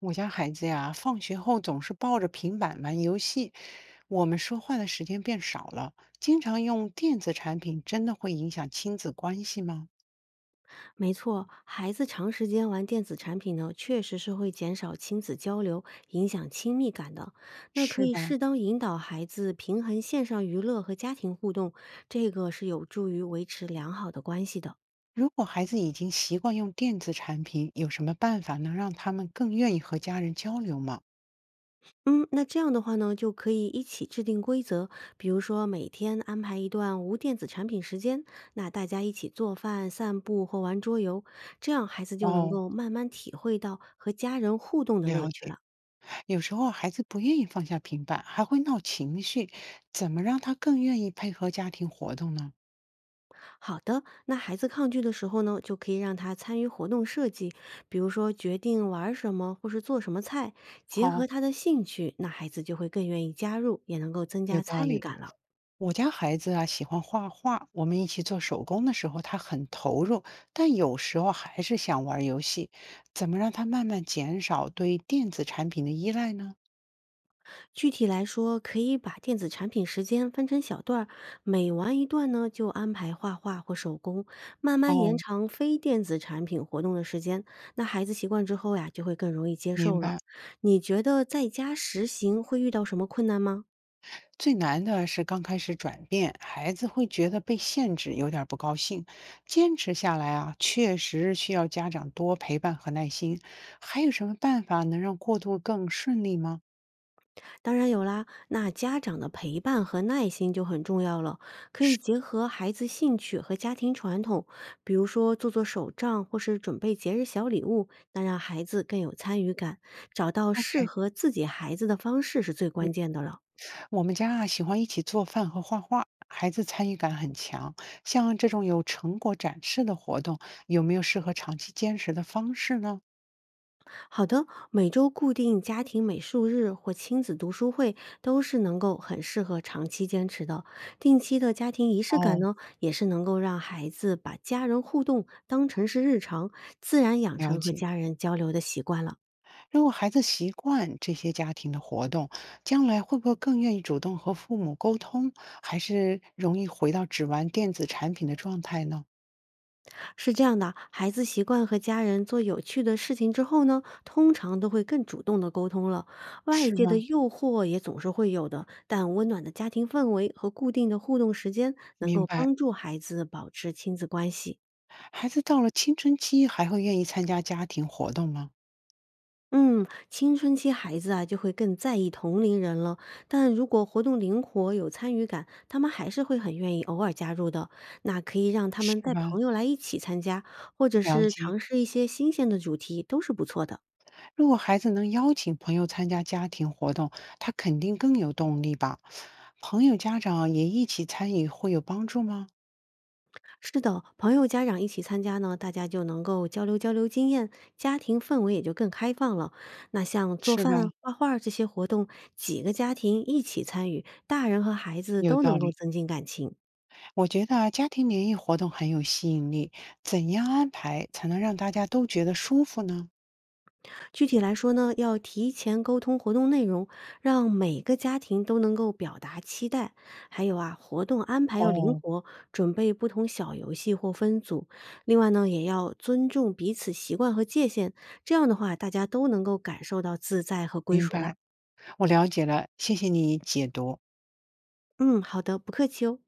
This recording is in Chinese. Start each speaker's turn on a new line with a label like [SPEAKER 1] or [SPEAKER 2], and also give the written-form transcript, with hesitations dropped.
[SPEAKER 1] 我家孩子呀，放学后总是抱着平板玩游戏，我们说话的时间变少了。经常用电子产品，真的会影响亲子关系吗？
[SPEAKER 2] 没错，孩子长时间玩电子产品呢，确实是会减少亲子交流，影响亲密感的。那可
[SPEAKER 1] 是
[SPEAKER 2] 以
[SPEAKER 1] 吧？
[SPEAKER 2] 适当引导孩子平衡线上娱乐和家庭互动，这个是有助于维持良好的关系的。
[SPEAKER 1] 如果孩子已经习惯用电子产品，有什么办法能让他们更愿意和家人交流吗？
[SPEAKER 2] 嗯，那这样的话呢，就可以一起制定规则，比如说每天安排一段无电子产品时间，那大家一起做饭、散步或玩桌游，这样孩子就能
[SPEAKER 1] 哦，
[SPEAKER 2] 够慢慢体会到和家人互动的乐
[SPEAKER 1] 了
[SPEAKER 2] 趣
[SPEAKER 1] 解。
[SPEAKER 2] 了。
[SPEAKER 1] 有时候孩子不愿意放下平板，还会闹情绪，怎么让他更愿意配合家庭活动呢？
[SPEAKER 2] 好的，那孩子抗拒的时候呢，就可以让他参与活动设计，比如说决定玩儿什么或是做什么菜，结合
[SPEAKER 1] 好，
[SPEAKER 2] 他的兴趣，那孩子就会更愿意加入，也能够增
[SPEAKER 1] 有
[SPEAKER 2] 加
[SPEAKER 1] 道
[SPEAKER 2] 参与
[SPEAKER 1] 理。
[SPEAKER 2] 感了。
[SPEAKER 1] 我家孩子啊喜欢画画，我们一起做手工的时候，他很投入，但有时候还是想玩游戏。怎么让他慢慢减少对电子产品的依赖呢？
[SPEAKER 2] 具体来说，可以把电子产品时间分成小段儿，每玩一段呢，就安排画画或手工，慢慢延
[SPEAKER 1] 哦，
[SPEAKER 2] 长非电子产品活动的时间。那孩子习惯之后呀，就会更容易接
[SPEAKER 1] 明
[SPEAKER 2] 受了。
[SPEAKER 1] 白。
[SPEAKER 2] 你觉得在家实行会遇到什么困难吗？
[SPEAKER 1] 最难的是刚开始转变，孩子会觉得被限制，有点儿不高兴。坚持下来啊，确实需要家长多陪伴和耐心。还有什么办法能让过渡更顺利吗
[SPEAKER 2] 当然有啦，那家长的陪伴和耐心就很重要了，可以结合孩子兴趣和家庭传统，比如说做做手账或是准备节日小礼物，那让孩子更有参与感，找到适
[SPEAKER 1] ？OK。
[SPEAKER 2] 合自己孩子的方式是最关键的了。
[SPEAKER 1] 我们家啊喜欢一起做饭和画画，孩子参与感很强。像这种有成果展示的活动，有没有适合长期坚持的方式呢？
[SPEAKER 2] 好的，每周固定家庭美术日或亲子读书会都是能够很适合长期坚持的。定期的家庭仪式感
[SPEAKER 1] 哦，
[SPEAKER 2] 呢，也是能够让孩子把家人互动当成是日常，自然养
[SPEAKER 1] 了
[SPEAKER 2] 成和
[SPEAKER 1] 解。
[SPEAKER 2] 家人交流的习惯了。
[SPEAKER 1] 如果孩子习惯这些家庭的活动，将来会不会更愿意主动和父母沟通，还是容易回到只玩电子产品的状态呢？
[SPEAKER 2] 是这样的，孩子习惯和家人做有趣的事情之后呢，通常都会更主动的沟通了。外
[SPEAKER 1] 是
[SPEAKER 2] 界的
[SPEAKER 1] 吗？
[SPEAKER 2] 诱惑也总是会有的，但温暖的家庭氛围和固定的互动时间，能
[SPEAKER 1] 明
[SPEAKER 2] 够
[SPEAKER 1] 白。
[SPEAKER 2] 帮助孩子保持亲子关系。
[SPEAKER 1] 孩子到了青春期，还会愿意参加家庭活动吗？
[SPEAKER 2] 嗯，青春期孩子啊，就会更在意同龄人了。但如果活动灵活、有参与感，他们还是会很愿意偶尔加入的。那可以让他们
[SPEAKER 1] 是
[SPEAKER 2] 带
[SPEAKER 1] 吧？
[SPEAKER 2] 朋友来一起参加，或者
[SPEAKER 1] 了
[SPEAKER 2] 是
[SPEAKER 1] 解。
[SPEAKER 2] 尝试一些新鲜的主题，都是不错的。
[SPEAKER 1] 如果孩子能邀请朋友参加家庭活动，他肯定更有动力吧？朋友、家长也一起参与，会有帮助吗？
[SPEAKER 2] 是的，朋友、家长一起参加呢，大家就能够交流经验，家庭氛围也就更开放了。那像做
[SPEAKER 1] 是吧？
[SPEAKER 2] 饭、画画这些活动，几个家庭一起参与，大人和孩子
[SPEAKER 1] 有
[SPEAKER 2] 都
[SPEAKER 1] 道
[SPEAKER 2] 能够
[SPEAKER 1] 理。
[SPEAKER 2] 增进感情。
[SPEAKER 1] 我觉得啊家庭联谊活动很有吸引力，怎样安排才能让大家都觉得舒服呢？
[SPEAKER 2] 具体来说呢，要提前沟通活动内容，让每个家庭都能够表达期待。还有啊，活动安排要灵
[SPEAKER 1] 哦，
[SPEAKER 2] 活，准备不同小游戏或分组。另外呢，也要尊重彼此习惯和界限，这样的话，大家都能够感受到自在和归
[SPEAKER 1] 明
[SPEAKER 2] 属啦。
[SPEAKER 1] 白，我了解了，谢谢你解读。
[SPEAKER 2] 嗯，好的，不客气哦。